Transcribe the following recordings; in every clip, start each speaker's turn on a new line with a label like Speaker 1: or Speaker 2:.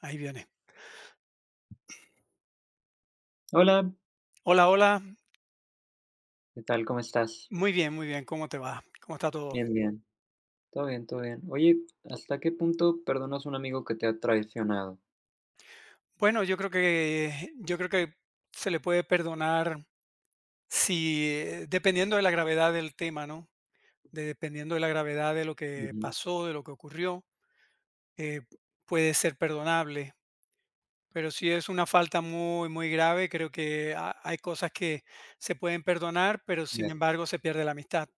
Speaker 1: Ahí viene.
Speaker 2: Hola,
Speaker 1: Hola, hola.
Speaker 2: ¿qué tal? ¿Cómo estás?
Speaker 1: Muy bien, muy bien. ¿Cómo te va? ¿Cómo está todo?
Speaker 2: Bien, bien. Todo bien, todo bien. Oye, ¿hasta qué punto perdonas a un amigo que te ha traicionado?
Speaker 1: Bueno, yo creo que se le puede perdonar si dependiendo de la gravedad del tema, ¿no? Dependiendo de la gravedad de lo que
Speaker 2: Ujú.
Speaker 1: pasó, de lo que ocurrió, eh, puede ser perdonable. Pero si es una falta muy, muy grave, creo que hay cosas que se pueden perdonar, pero
Speaker 2: Ya.
Speaker 1: sin embargo se pierde la amistad.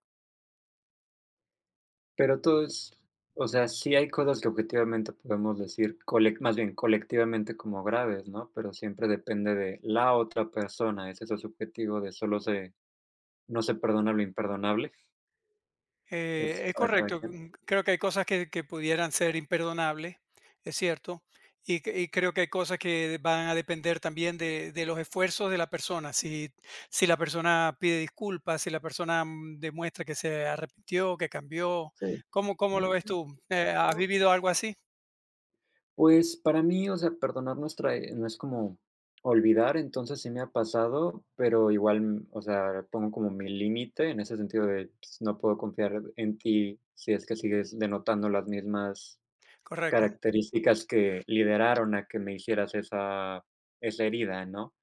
Speaker 2: Pero todo es, o sea, sí hay cosas que objetivamente podemos decir, colec- más bien colectivamente como graves, ¿no? Pero siempre depende de la otra persona. ¿Es eso su objetivo de solo se, no se perdona lo imperdonable?
Speaker 1: Eh,
Speaker 2: Es
Speaker 1: es
Speaker 2: para cada
Speaker 1: correcto.
Speaker 2: quien.
Speaker 1: Creo que hay cosas que pudieran ser imperdonables, es cierto, y, y creo que hay cosas que van a depender también de los esfuerzos de la persona. Si, si la persona pide disculpas, si la persona demuestra que se arrepintió, que cambió.
Speaker 2: Sí.
Speaker 1: ¿Cómo, cómo lo ves tú? ¿Has vivido algo así?
Speaker 2: Pues, para mí, o sea, perdonar no es trae no es como olvidar, entonces sí me ha pasado, pero igual, o sea, pongo como mi límite en ese sentido de, pues, no puedo confiar en ti si es que sigues denotando las mismas
Speaker 1: Correcto.
Speaker 2: características que lideraron a que me hicieras esa herida, ¿no?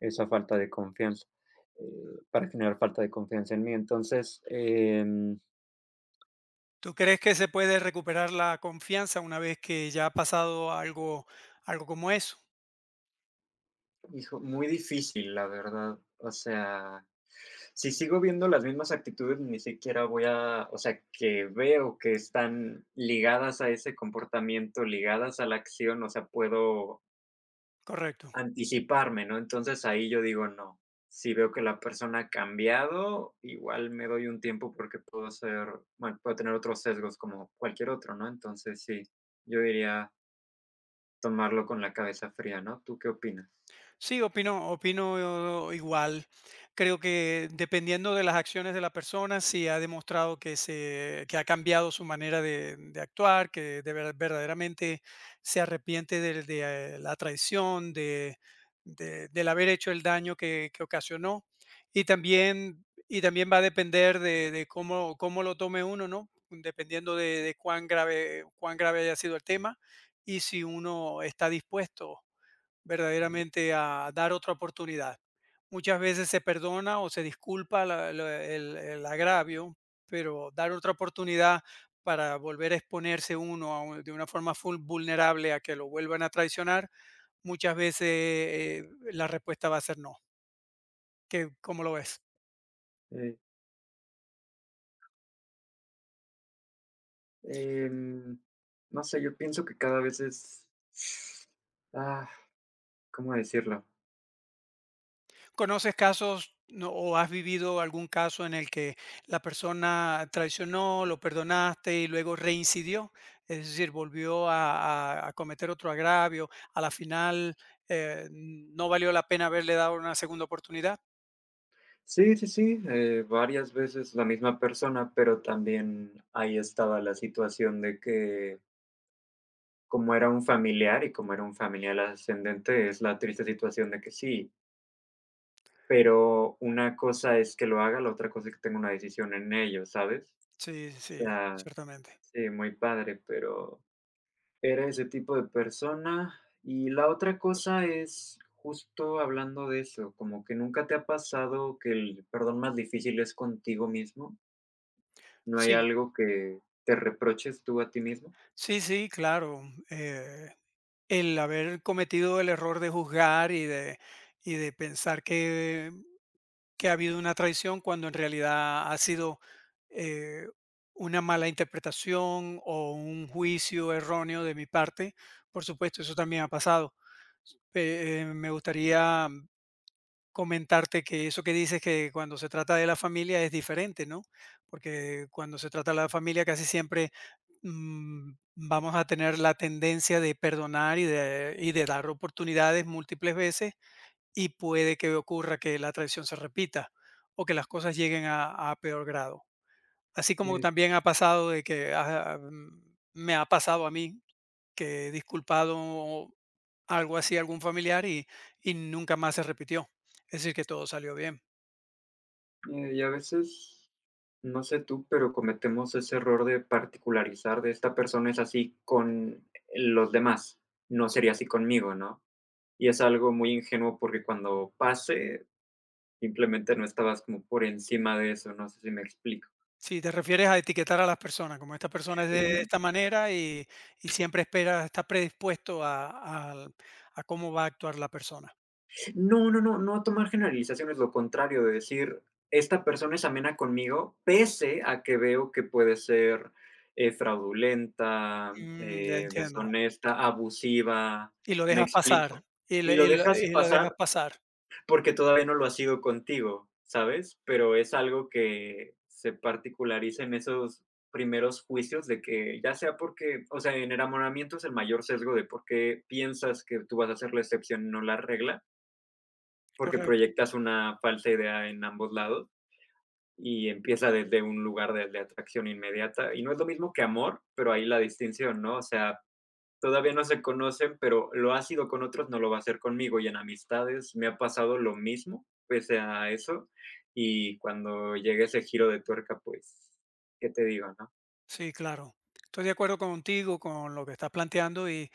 Speaker 2: Esa falta de confianza, para generar falta de confianza en mí. Entonces,
Speaker 1: ¿Tú crees que se puede recuperar la confianza una vez que ya ha pasado algo, algo como eso?
Speaker 2: hijo, muy difícil, la verdad. O sea, si sigo viendo las mismas actitudes, ni siquiera voy a, o sea, que veo que están ligadas a ese comportamiento, ligadas a la acción, o sea, puedo
Speaker 1: Correcto.
Speaker 2: anticiparme, ¿no? Entonces ahí yo digo, no, si veo que la persona ha cambiado, igual me doy un tiempo porque puedo ser, bueno, puedo tener otros sesgos como cualquier otro, ¿no? Entonces sí, yo diría tomarlo con la cabeza fría, ¿no? ¿Tú qué opinas?
Speaker 1: Sí, opino igual. Creo que dependiendo de las acciones de la persona, si ha demostrado que, se, que ha cambiado su manera de actuar, que de verdaderamente se arrepiente de, la traición, de, del haber hecho el daño que ocasionó. Y también va a depender de cómo, cómo lo tome uno, ¿no? Dependiendo de cuán grave haya sido el tema y si uno está dispuesto
Speaker 2: Mm.
Speaker 1: verdaderamente a dar otra oportunidad. Muchas veces se perdona o se disculpa el agravio, pero dar otra oportunidad para volver a exponerse uno a de una forma full vulnerable a que lo vuelvan a traicionar, muchas veces la respuesta va a ser no. ¿Cómo lo ves?
Speaker 2: Sí. Em, no sé, yo pienso que cada vez es, ah, ¿cómo decirlo?
Speaker 1: ¿Conoces casos no, o has vivido algún caso en el que la persona traicionó, lo perdonaste y luego reincidió? Es decir, volvió a, a cometer otro agravio. A la final no valió la pena haberle dado una segunda oportunidad.
Speaker 2: Sí, sí, sí, varias veces la misma persona, pero también ahí estaba la situación de que como era un familiar y como era un familiar ascendente, es la triste situación de que sí, pero una cosa es que lo haga, la otra cosa es que tenga una decisión en ello, ¿sabes?
Speaker 1: Sí,
Speaker 2: O
Speaker 1: sí,
Speaker 2: sea,
Speaker 1: ciertamente.
Speaker 2: sí, muy padre, pero era ese tipo de persona. Y la otra cosa es, justo hablando de eso, como que nunca te ha pasado que el perdón más difícil es contigo mismo. ¿No hay
Speaker 1: Sí,
Speaker 2: algo que te reproches tú a ti mismo?
Speaker 1: sí, sí, claro. eh, el haber cometido el error de juzgar y de pensar que, ha habido una traición cuando en realidad ha sido eh, una mala interpretación o un juicio erróneo de mi parte, por supuesto, eso también ha pasado. Me gustaría comentarte que eso que dices que cuando se trata de la familia es diferente, ¿no? Porque cuando se trata de la familia casi siempre vamos a tener la tendencia de perdonar y de dar oportunidades múltiples veces y puede que ocurra que la traición se repita o que las cosas lleguen a peor grado. Así como
Speaker 2: Eh,
Speaker 1: también ha pasado de que me ha pasado a mí que he disculpado algo así a algún familiar y nunca más se repitió. Es decir, que todo salió bien.
Speaker 2: y a veces, no sé tú, pero cometemos ese error de particularizar de esta persona es así con los demás, no sería así conmigo, ¿no? Y es algo muy ingenuo porque cuando pase, simplemente no estabas como por encima de eso, no sé si me explico.
Speaker 1: Si te refieres a etiquetar a las personas, como esta persona es de esta manera y siempre espera, está predispuesto a cómo va a actuar la persona.
Speaker 2: No, no, no, no tomar generalizaciones, lo contrario, de decir, esta persona es amena conmigo, pese a que veo que puede ser, fraudulenta,
Speaker 1: Ya entiendo.
Speaker 2: deshonesta, abusiva,
Speaker 1: Y lo
Speaker 2: me
Speaker 1: dejas pasar,
Speaker 2: explico. Y lo
Speaker 1: y lo,
Speaker 2: dejas
Speaker 1: y lo dejas
Speaker 2: pasar
Speaker 1: pasar,
Speaker 2: porque todavía no lo ha sido contigo, ¿sabes? Pero es algo que se particulariza en esos primeros juicios de que, ya sea porque, o sea, en enamoramiento es el mayor sesgo de por qué piensas que tú vas a ser la excepción y no la regla. Porque
Speaker 1: correcto.
Speaker 2: proyectas una falsa idea en ambos lados y empieza desde un lugar de atracción inmediata. Y no es lo mismo que amor, pero ahí la distinción, ¿no? O sea, todavía no se conocen, pero lo ha sido con otros, no lo va a hacer conmigo. Y en amistades me ha pasado lo mismo, pese a eso. Y cuando llegue ese giro de tuerca, pues, ¿qué te digo, no?
Speaker 1: Sí, claro. Estoy de acuerdo contigo con lo que estás planteando y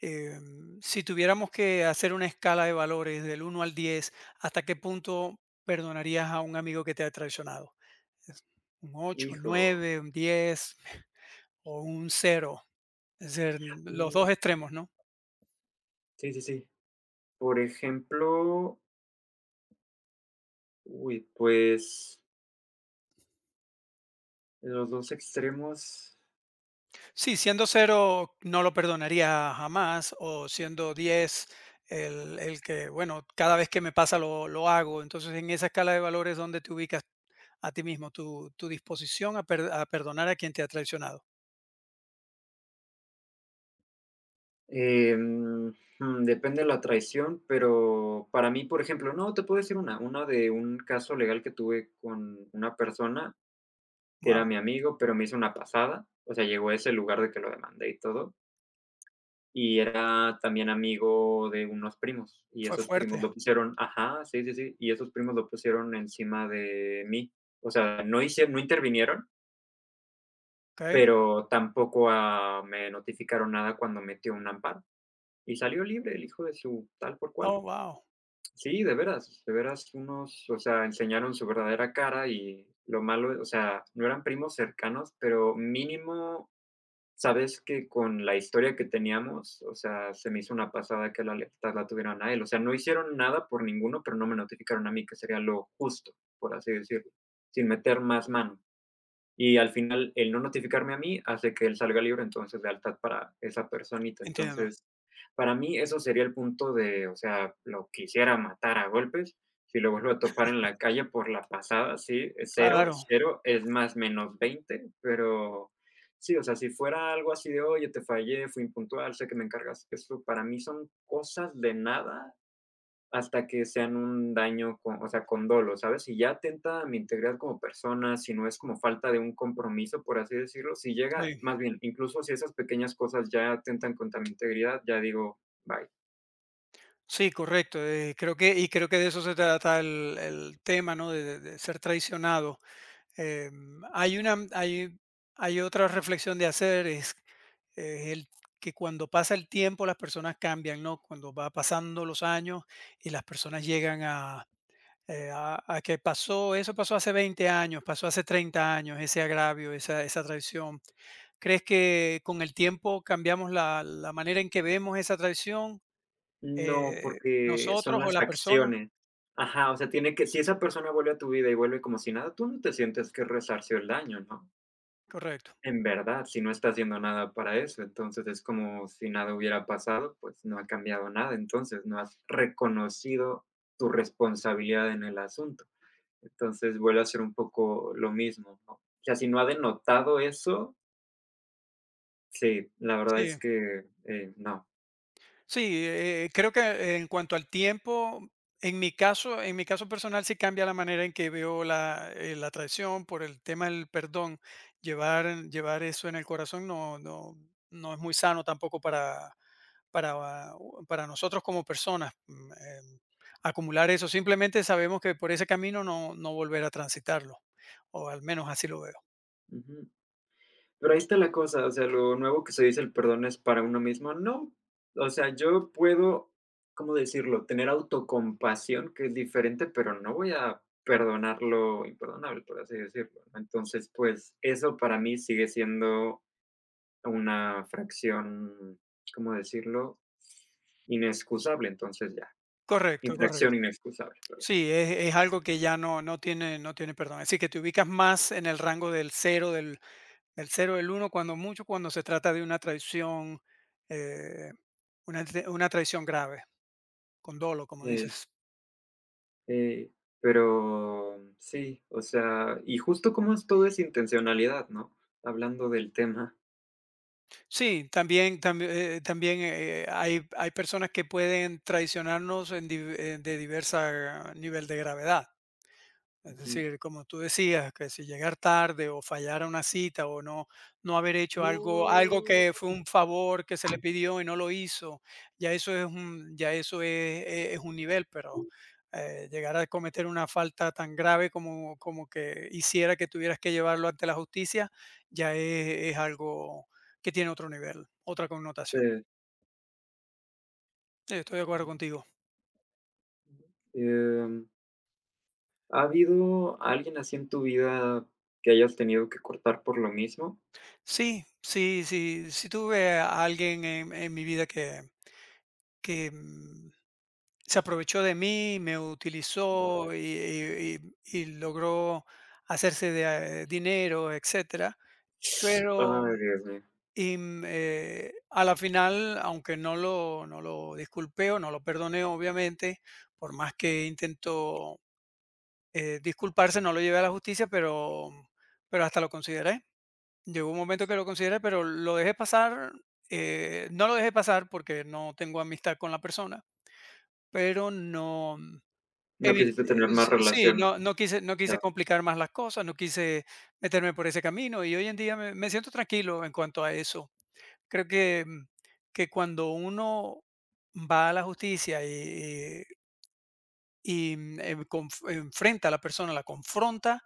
Speaker 1: si tuviéramos que hacer una escala de valores del uno al 10, ¿hasta qué punto perdonarías a un amigo que te ha traicionado? Es ¿Un 8, un
Speaker 2: Hijo.
Speaker 1: 9, un 10 o un cero? Es decir, los
Speaker 2: Mm,
Speaker 1: dos extremos, ¿no?
Speaker 2: sí, sí, sí. Por ejemplo, uy, pues, en los dos extremos.
Speaker 1: Sí, siendo cero no lo perdonaría jamás o siendo 10 el que, bueno, cada vez que me pasa lo hago. Entonces, en esa escala de valores, ¿dónde te ubicas a ti mismo, tu disposición a perdonar a quien te ha traicionado?
Speaker 2: Em, depende de la traición, pero para mí, por ejemplo, no, te puedo decir una de un caso legal que tuve con una persona que era
Speaker 1: Wow,
Speaker 2: mi amigo, pero me hizo una pasada, o sea, llegó a ese lugar de que lo demandé y todo, y era también amigo de unos primos, y
Speaker 1: fue
Speaker 2: esos primos
Speaker 1: fuerte,
Speaker 2: lo pusieron, ajá, sí, sí, sí, y esos primos lo pusieron encima de mí, o sea, no hice, no intervinieron,
Speaker 1: ¿ok?
Speaker 2: pero tampoco me notificaron nada cuando metió un amparo, y salió libre el hijo de su tal por cual.
Speaker 1: Oh, wow,
Speaker 2: Sí, de veras unos, o sea, enseñaron su verdadera cara y lo malo, o sea, no eran primos cercanos, pero mínimo, sabes que con la historia que teníamos, o sea, se me hizo una pasada que la lealtad la tuvieran a él. O sea, no hicieron nada por ninguno, pero no me notificaron a mí, que sería lo justo, por así decirlo, sin meter más mano. Y al final, el no notificarme a mí hace que él salga libre, entonces, de lealtad para esa personita.
Speaker 1: entiendo.
Speaker 2: Entonces, para mí eso sería el punto de, o sea, lo quisiera matar a golpes. Si lo vuelvo a topar en la calle por la pasada, sí, es cero
Speaker 1: Claro,
Speaker 2: 0, es más menos 20, pero sí, o sea, si fuera algo así de: "Oye, te fallé, fui impuntual, sé que me encargas eso, para mí son cosas de nada hasta que sean un daño con, o sea, con dolo, ¿sabes? Si ya atenta a mi integridad como persona, si no es como falta de un compromiso, por así decirlo, si llega
Speaker 1: sí.
Speaker 2: más bien, incluso si esas pequeñas cosas ya atentan contra mi integridad, ya digo: "Bye".
Speaker 1: Sí, correcto. Creo que, y creo que de eso se trata el tema, ¿no? De ser traicionado. Eh, hay una, hay otra reflexión de hacer, es el que cuando pasa el tiempo las personas cambian, ¿no? Cuando va pasando los años y las personas llegan a, a que pasó, eso pasó hace 20 años, pasó hace 30 años, ese agravio, esa traición. ¿Crees que con el tiempo cambiamos la, la manera en que vemos esa traición?
Speaker 2: No,
Speaker 1: eh,
Speaker 2: porque son
Speaker 1: ¿Nosotros o
Speaker 2: las
Speaker 1: la persona?
Speaker 2: acciones. Ajá, o sea, tiene que si esa persona vuelve a tu vida y vuelve como si nada, tú no te sientes que resarció el daño, ¿no?
Speaker 1: Correcto.
Speaker 2: En verdad, si no está haciendo nada para eso, entonces es como si nada hubiera pasado, pues no ha cambiado nada, entonces no has reconocido tu responsabilidad en el asunto. Entonces vuelve a ser un poco lo mismo, ¿no? O sea, si no ha denotado eso, sí, la verdad es
Speaker 1: Sí.
Speaker 2: que, no.
Speaker 1: Sí, creo que en cuanto al tiempo, en mi caso personal sí cambia la manera en que veo la traición por el tema del perdón. Llevar eso en el corazón no, no es muy sano tampoco para, para nosotros como personas. Acumular eso, simplemente sabemos que por ese camino no, volver a transitarlo, o al menos así lo veo.
Speaker 2: Pero ahí está la cosa, o sea, lo nuevo que se dice el perdón es para uno mismo. No, o sea, yo puedo, ¿cómo decirlo? Tener autocompasión, que es diferente, pero no voy a perdonar lo imperdonable, por así decirlo, ¿no? Entonces, pues eso para mí sigue siendo una fracción, ¿cómo decirlo? Inexcusable, entonces ya,
Speaker 1: Correcto,
Speaker 2: infracción
Speaker 1: correcto.
Speaker 2: inexcusable, perdón.
Speaker 1: Sí, es algo que ya no, no tiene perdón. Es decir, que te ubicas más en el rango del cero del 0, del uno cuando mucho, cuando se trata de una traición, eh, una traición grave, con dolo, como
Speaker 2: Eh,
Speaker 1: dices.
Speaker 2: Eh, pero sí, o sea, y justo como es todo es intencionalidad, ¿no? Hablando del tema.
Speaker 1: Sí, también, también, hay personas que pueden traicionarnos de diversa nivel de gravedad. Es
Speaker 2: Ujú.
Speaker 1: decir, como tú decías, que si llegar tarde o fallar a una cita o no, no haber hecho algo, que fue un favor que se le pidió y no lo hizo, ya eso es un, ya eso es un nivel, pero llegar a cometer una falta tan grave como, como que hiciera que tuvieras que llevarlo ante la justicia, ya es algo que tiene otro nivel, otra connotación.
Speaker 2: Sí.
Speaker 1: Sí, estoy de acuerdo contigo.
Speaker 2: Em, ¿Ha habido alguien así en tu vida que hayas tenido que cortar por lo mismo?
Speaker 1: Sí, sí, sí, sí tuve a alguien en mi vida que que, mm, se aprovechó de mí, me utilizó
Speaker 2: No.
Speaker 1: y logró hacerse de dinero, etcétera. Pero,
Speaker 2: Ay, Dios mío.
Speaker 1: a la final, aunque no lo disculpé o no lo perdoné, obviamente, por más que intentó, disculparse, no lo llevé a la justicia, pero hasta lo consideré. Llegó un momento que lo consideré, pero lo dejé pasar, no lo dejé pasar porque no tengo amistad con la persona, pero no,
Speaker 2: No
Speaker 1: evit
Speaker 2: quisiste tener más
Speaker 1: s sí,
Speaker 2: relación.
Speaker 1: no quise
Speaker 2: Ya.
Speaker 1: complicar más las cosas, no quise meterme por ese camino, y hoy en día me siento tranquilo en cuanto a eso. Creo que, cuando uno va a la justicia y, mm, em, conf enfrenta a la persona, la confronta,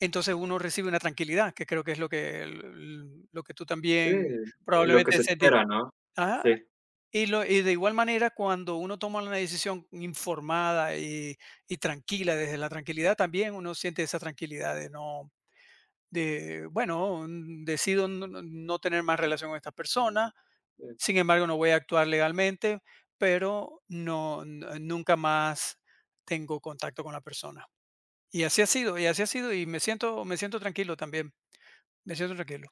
Speaker 1: entonces uno recibe una tranquilidad, que creo que es lo que tú
Speaker 2: Sí,
Speaker 1: también
Speaker 2: lo que
Speaker 1: probablemente
Speaker 2: se
Speaker 1: sentiste.
Speaker 2: espera, ¿no? Sí.
Speaker 1: Y de igual manera, cuando uno toma una decisión informada y tranquila, desde la tranquilidad también uno siente esa tranquilidad de no, de, bueno, decido no, no tener más relación con esta persona, sin embargo no voy a actuar legalmente, pero no, nunca más tengo contacto con la persona. Y así ha sido, y así ha sido, y me siento tranquilo también, me siento tranquilo.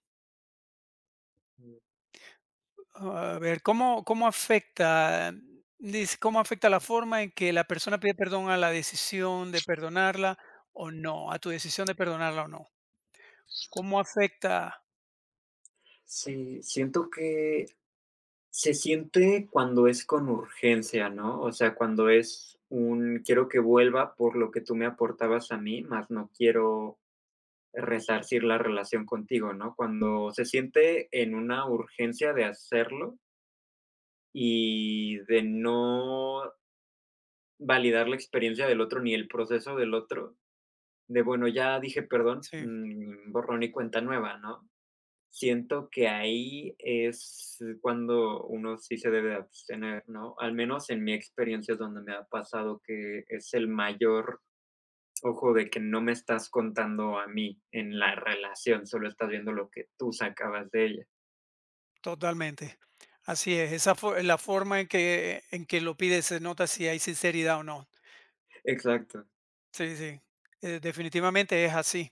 Speaker 1: A ver, ¿cómo, cómo afecta? Dice, ¿cómo afecta la forma en que la persona pide perdón a la decisión de perdonarla o no? A tu decisión de perdonarla o no. ¿Cómo afecta?
Speaker 2: Sí, siento que se siente cuando es con urgencia, ¿no? O sea, cuando es un quiero que vuelva por lo que tú me aportabas a mí, más no quiero resarcir la relación contigo, ¿no? Cuando se siente en una urgencia de hacerlo y de no validar la experiencia del otro ni el proceso del otro, de bueno, ya dije perdón,
Speaker 1: Sí,
Speaker 2: borrón y cuenta nueva, ¿no? Siento que ahí es cuando uno sí se debe de abstener, ¿no? Al menos en mi experiencia es donde me ha pasado que es el mayor ojo de que no me estás contando a mí en la relación, solo estás viendo lo que tú sacabas de ella.
Speaker 1: totalmente. Así es. La forma en que, lo pide se nota si hay sinceridad o no.
Speaker 2: Exacto.
Speaker 1: Sí, sí. Definitivamente es así.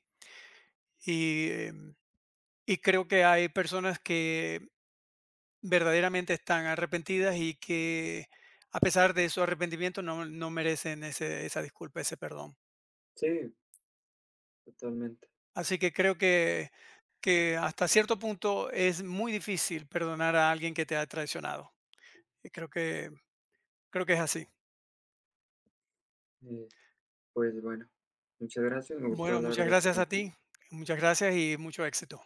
Speaker 1: Y, em, y creo que hay personas que verdaderamente están arrepentidas y que a pesar de su arrepentimiento no, no merecen esa disculpa, ese perdón.
Speaker 2: Sí, totalmente.
Speaker 1: Así que creo que, hasta cierto punto es muy difícil perdonar a alguien que te ha traicionado. Y creo que es así.
Speaker 2: Eh, pues bueno, muchas gracias, me gustó
Speaker 1: Bueno,
Speaker 2: hablar
Speaker 1: muchas
Speaker 2: de esto
Speaker 1: gracias a
Speaker 2: contigo.
Speaker 1: ti, muchas gracias y mucho éxito.